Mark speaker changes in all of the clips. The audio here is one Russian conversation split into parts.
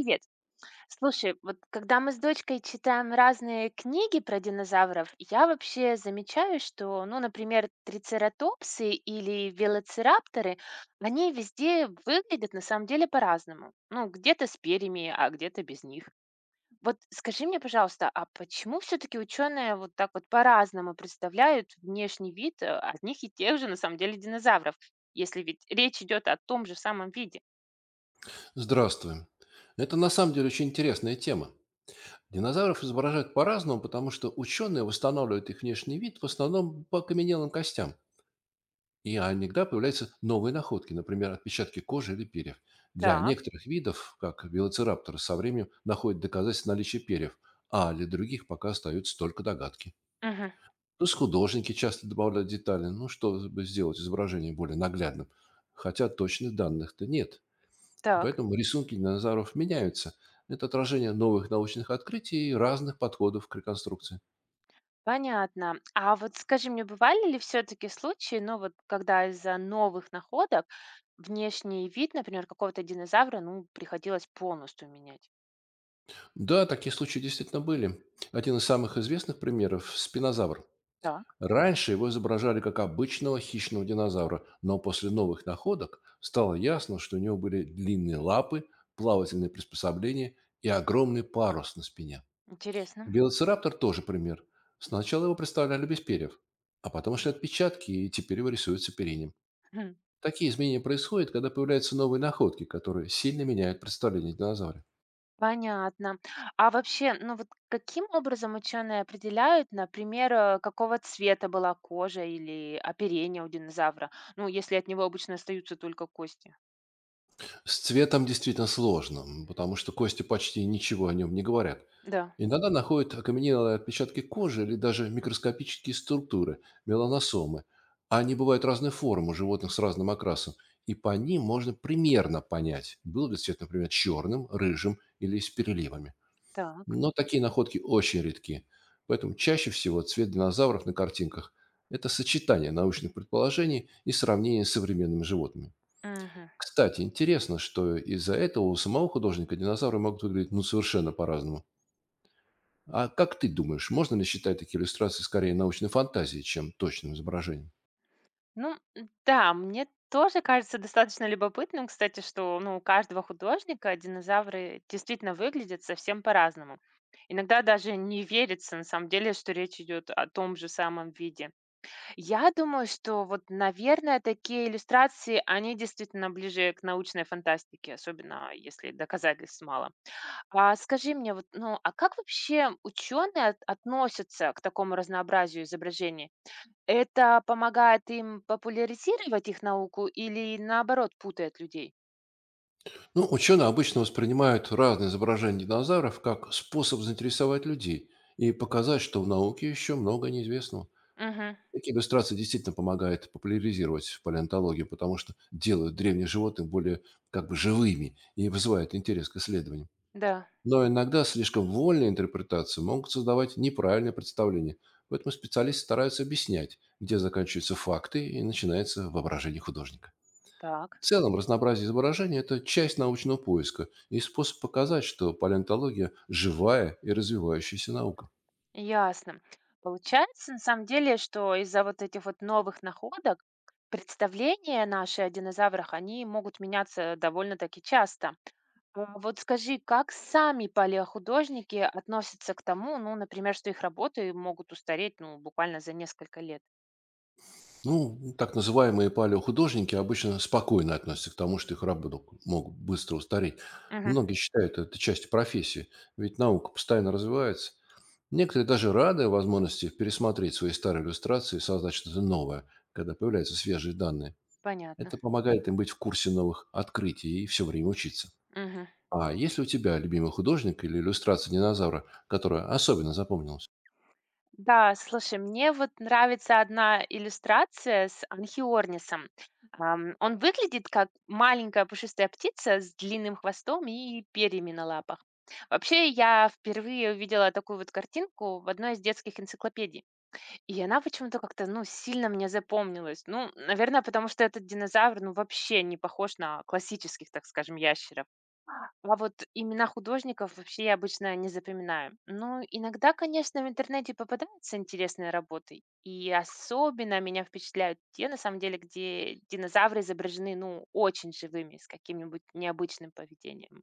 Speaker 1: Привет. Слушай, вот когда мы с дочкой читаем разные книги про динозавров, я вообще замечаю, что, ну, например, трицератопсы или велоцирапторы, они везде выглядят на самом деле по-разному. Ну, где-то с перьями, а где-то без них. Вот скажи мне, пожалуйста, а почему все-таки ученые вот так вот по-разному представляют внешний вид одних и тех же, на самом деле, динозавров, если ведь речь идет о том же самом виде?
Speaker 2: Здравствуй. Это на самом деле очень интересная тема. Динозавров изображают по-разному, потому что ученые восстанавливают их внешний вид в основном по окаменелым костям. И иногда появляются новые находки, например, отпечатки кожи или перьев. Для
Speaker 1: Так.
Speaker 2: некоторых видов, как велоцирапторы, со временем находят доказательства наличия перьев, а для других пока остаются только догадки.
Speaker 1: Мгм.
Speaker 2: Плюс художники часто добавляют детали, ну, чтобы сделать изображение более наглядным. Хотя точных данных-то нет.
Speaker 1: Так.
Speaker 2: Поэтому рисунки динозавров меняются. Это отражение новых научных открытий и разных подходов к реконструкции.
Speaker 1: Понятно. А вот скажи мне, бывали ли все-таки случаи, ну вот когда из-за новых находок внешний вид, например, какого-то динозавра, ну, приходилось полностью менять?
Speaker 2: Да, такие случаи действительно были. Один из самых известных примеров – спинозавр.
Speaker 1: Так,
Speaker 2: Раньше его изображали как обычного хищного динозавра, но после новых находок стало ясно, что у него были длинные лапы, плавательные приспособления и огромный парус на спине.
Speaker 1: интересно.
Speaker 2: Велоцираптор тоже пример. Сначала его представляли без перьев, а потом шли отпечатки, и теперь его рисуют с оперением.
Speaker 1: Мгм.
Speaker 2: Такие изменения происходят, когда появляются новые находки, которые сильно меняют представление о динозавре.
Speaker 1: Понятно. А вообще, ну вот каким образом ученые определяют, например, какого цвета была кожа или оперение у динозавра? Ну, если от него обычно остаются только кости.
Speaker 2: С цветом действительно сложно, потому что кости почти ничего о нем не говорят.
Speaker 1: Да,
Speaker 2: Иногда находят окаменелые отпечатки кожи или даже микроскопические структуры, меланосомы. Они бывают разной формы у животных с разным окрасом, и по ним можно примерно понять, был ли цвет, например, черным, рыжим или с переливами.
Speaker 1: так.
Speaker 2: Но такие находки очень редки, поэтому чаще всего цвет динозавров на картинках – это сочетание научных предположений и сравнение с современными животными.
Speaker 1: Мгм.
Speaker 2: Кстати, интересно, что из-за этого у самого художника динозавры могут выглядеть ну совершенно по-разному. А как ты думаешь, можно ли считать такие иллюстрации скорее научной фантазией, чем точным изображением?
Speaker 1: Ну да, мне тоже кажется достаточно любопытным, кстати, что ну, у каждого художника динозавры действительно выглядят совсем по-разному. Иногда даже не верится, на самом деле, что речь идет о том же самом виде. Я думаю, что вот, наверное, такие иллюстрации, они действительно ближе к научной фантастике, особенно если доказательств мало. А скажи мне, вот, ну, а как вообще ученые относятся к такому разнообразию изображений? Это помогает им популяризировать их науку или, наоборот, путает людей?
Speaker 2: Ну, ученые обычно воспринимают разные изображения динозавров как способ заинтересовать людей и показать, что в науке еще много неизвестного.
Speaker 1: Мгм.
Speaker 2: Такие иллюстрации действительно помогают популяризировать палеонтологию, потому что делают древних животных более как бы живыми и вызывают интерес к исследованиям.
Speaker 1: Да.
Speaker 2: Но иногда слишком вольные интерпретации могут создавать неправильное представление. Поэтому специалисты стараются объяснять, где заканчиваются факты и начинается воображение художника.
Speaker 1: Так,
Speaker 2: В целом, разнообразие изображений – это часть научного поиска и способ показать, что палеонтология – живая и развивающаяся наука.
Speaker 1: ясно. Получается, на самом деле, что из-за вот этих вот новых находок представления наши о динозаврах, они могут меняться довольно-таки часто. А вот скажи, как сами палеохудожники относятся к тому, ну, например, что их работы могут устареть, ну, буквально за несколько лет?
Speaker 2: Ну, так называемые палеохудожники обычно спокойно относятся к тому, что их работы могут быстро устареть.
Speaker 1: Мгм.
Speaker 2: Многие считают это частью профессии, ведь наука постоянно развивается. Некоторые даже рады возможности пересмотреть свои старые иллюстрации и создать что-то новое, когда появляются свежие данные.
Speaker 1: Понятно.
Speaker 2: Это помогает им быть в курсе новых открытий и все время учиться.
Speaker 1: Мгм.
Speaker 2: А есть ли у тебя любимый художник или иллюстрация динозавра, которая особенно запомнилась?
Speaker 1: Да, слушай, мне вот нравится одна иллюстрация с анхиорнисом. Он выглядит как маленькая пушистая птица с длинным хвостом и перьями на лапах. Вообще, я впервые увидела такую вот картинку в одной из детских энциклопедий. И она почему-то как-то, ну, сильно мне запомнилась. Ну, наверное, потому что этот динозавр, ну, вообще не похож на классических, так скажем, ящеров. А вот имена художников вообще я обычно не запоминаю. Ну, иногда, конечно, в интернете попадаются интересные работы. И особенно меня впечатляют те, на самом деле, где динозавры изображены, ну, очень живыми, с каким-нибудь необычным поведением.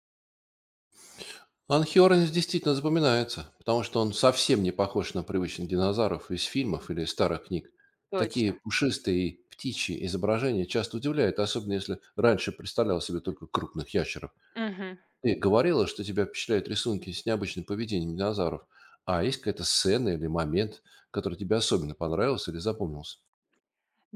Speaker 2: Анхиоренс действительно запоминается, потому что он совсем не похож на привычных динозавров из фильмов или старых книг. Такие
Speaker 1: Точно.
Speaker 2: пушистые и птичьи изображения часто удивляют, особенно если раньше представлял себе только крупных ящеров.
Speaker 1: Мгм.
Speaker 2: Ты говорила, что тебя впечатляют рисунки с необычным поведением динозавров. А есть какая-то сцена или момент, который тебе особенно понравился или запомнился?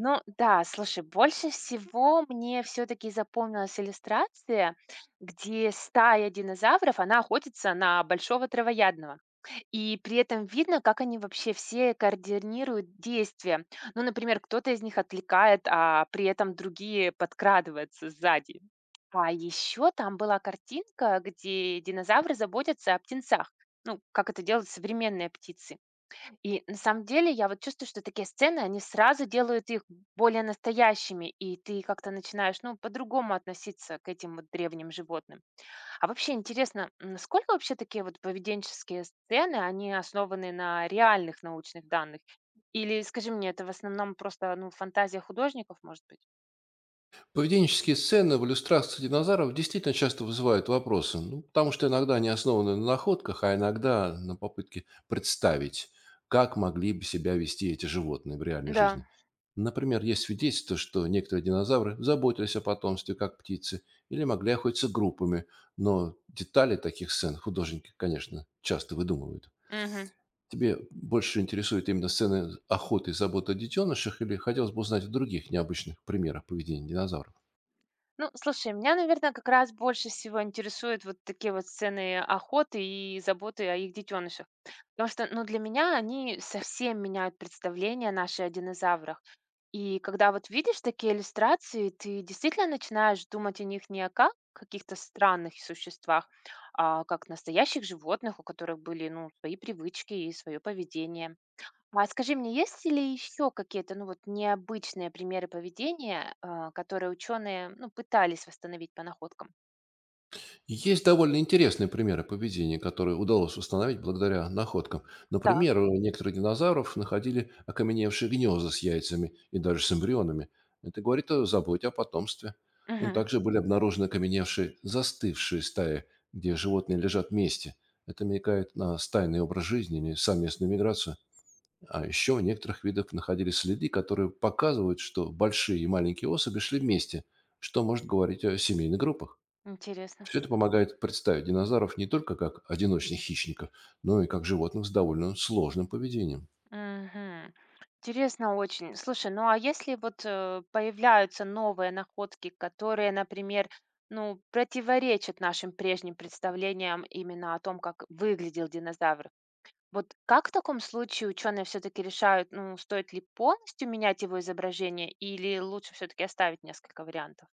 Speaker 1: Ну да, слушай, больше всего мне все-таки запомнилась иллюстрация, где стая динозавров, она охотится на большого травоядного. И при этом видно, как они вообще все координируют действия. Ну, например, кто-то из них отвлекает, а при этом другие подкрадываются сзади. А еще там была картинка, где динозавры заботятся о птенцах. Ну, как это делают современные птицы. И на самом деле я вот чувствую, что такие сцены, они сразу делают их более настоящими, и ты как-то начинаешь, ну, по-другому относиться к этим вот древним животным. А вообще интересно, сколько вообще такие вот поведенческие сцены, они основаны на реальных научных данных? Или, скажи мне, это в основном просто, ну, фантазия художников, может быть?
Speaker 2: Поведенческие сцены в иллюстрации динозавров действительно часто вызывают вопросы, ну, потому что иногда они основаны на находках, а иногда на попытке представить, как могли бы себя вести эти животные в реальной
Speaker 1: Да.
Speaker 2: жизни. Например, есть свидетельство, что некоторые динозавры заботились о потомстве, как птицы, или могли охотиться группами, но детали таких сцен художники, конечно, часто выдумывают.
Speaker 1: Мгм.
Speaker 2: Тебе больше интересуют именно сцены охоты и заботы о детенышах, или хотелось бы узнать о других необычных примерах поведения динозавров?
Speaker 1: Ну, слушай, меня, наверное, как раз больше всего интересуют вот такие вот сцены охоты и заботы о их детенышах. Потому что, ну, для меня они совсем меняют представление наши о динозаврах. И когда вот видишь такие иллюстрации, ты действительно начинаешь думать о них не как каких-то странных существах, а как настоящих животных, у которых были, ну, свои привычки и свое поведение. А скажи мне, есть ли еще какие-то, ну вот, необычные примеры поведения, которые ученые, ну, пытались восстановить по находкам?
Speaker 2: Есть довольно интересные примеры поведения, которые удалось установить благодаря находкам. Например,
Speaker 1: Так.
Speaker 2: у некоторых динозавров находили окаменевшие гнезда с яйцами и даже с эмбрионами. Это говорит о заботе о потомстве. Ну,
Speaker 1: Мгм.
Speaker 2: также были обнаружены окаменевшие застывшие стаи, где животные лежат вместе. Это намекает на стайный образ жизни или совместную миграцию. А еще у некоторых видов находились следы, которые показывают, что большие и маленькие особи шли вместе, что может говорить о семейных группах.
Speaker 1: Интересно.
Speaker 2: Все это помогает представить динозавров не только как одиночных хищников, но и как животных с довольно сложным поведением.
Speaker 1: Мгм. Интересно очень. Слушай, ну а если вот появляются новые находки, которые, например, ну, противоречат нашим прежним представлениям именно о том, как выглядел динозавр, вот как в таком случае ученые все-таки решают, ну, стоит ли полностью менять его изображение или лучше все-таки оставить несколько вариантов?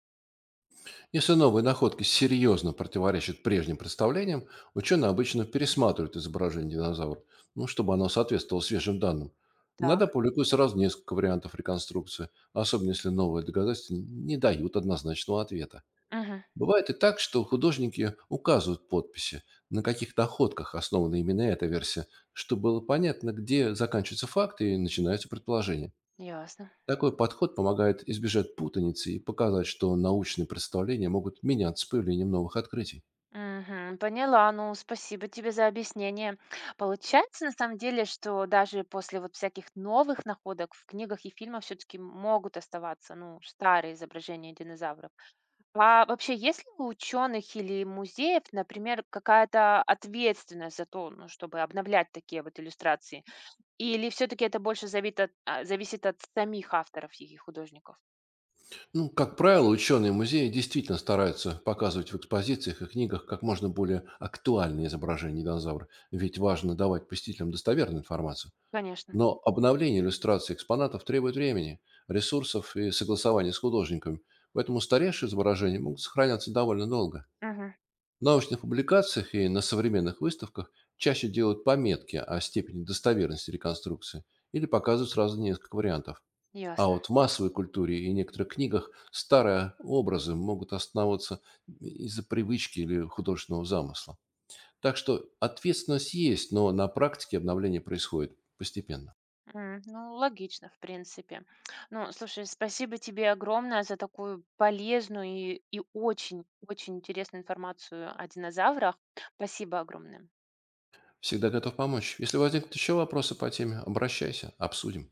Speaker 2: Если новые находки серьезно противоречат прежним представлениям, ученые обычно пересматривают изображение динозавра, ну, чтобы оно соответствовало свежим данным. Иногда
Speaker 1: Так,
Speaker 2: публикуют сразу несколько вариантов реконструкции, особенно если новые доказательства не дают однозначного ответа.
Speaker 1: угу,
Speaker 2: Бывает и так, что художники указывают подписи, на каких находках основана именно эта версия, чтобы было понятно, где заканчиваются факты и начинаются предположения.
Speaker 1: ясно.
Speaker 2: Такой подход помогает избежать путаницы и показать, что научные представления могут меняться с появлением новых открытий.
Speaker 1: Мгм, поняла. Ну, спасибо тебе за объяснение. Получается, на самом деле, что даже после вот всяких новых находок в книгах и фильмах все-таки могут оставаться, ну, старые изображения динозавров. А вообще, есть ли у ученых или музеев, например, какая-то ответственность за то, ну, чтобы обновлять такие вот иллюстрации? Или все таки это больше зависит от самих авторов и художников?
Speaker 2: Ну, как правило, ученые музея действительно стараются показывать в экспозициях и книгах как можно более актуальные изображения динозавра, ведь важно давать посетителям достоверную информацию.
Speaker 1: Конечно.
Speaker 2: Но обновление иллюстраций экспонатов требует времени, ресурсов и согласования с художниками, поэтому старейшие изображения могут сохраняться довольно долго.
Speaker 1: Мгм.
Speaker 2: В научных публикациях и на современных выставках чаще делают пометки о степени достоверности реконструкции или показывают сразу несколько вариантов. А
Speaker 1: Ясно.
Speaker 2: вот в массовой культуре и некоторых книгах старые образы могут основываться из-за привычки или художественного замысла. Так что ответственность есть, но на практике обновление происходит постепенно.
Speaker 1: Ну, логично, в принципе. Ну, слушай, спасибо тебе огромное за такую полезную и очень, очень интересную информацию о динозаврах. Спасибо огромное.
Speaker 2: Всегда готов помочь. Если возникнут еще вопросы по теме, обращайся, обсудим.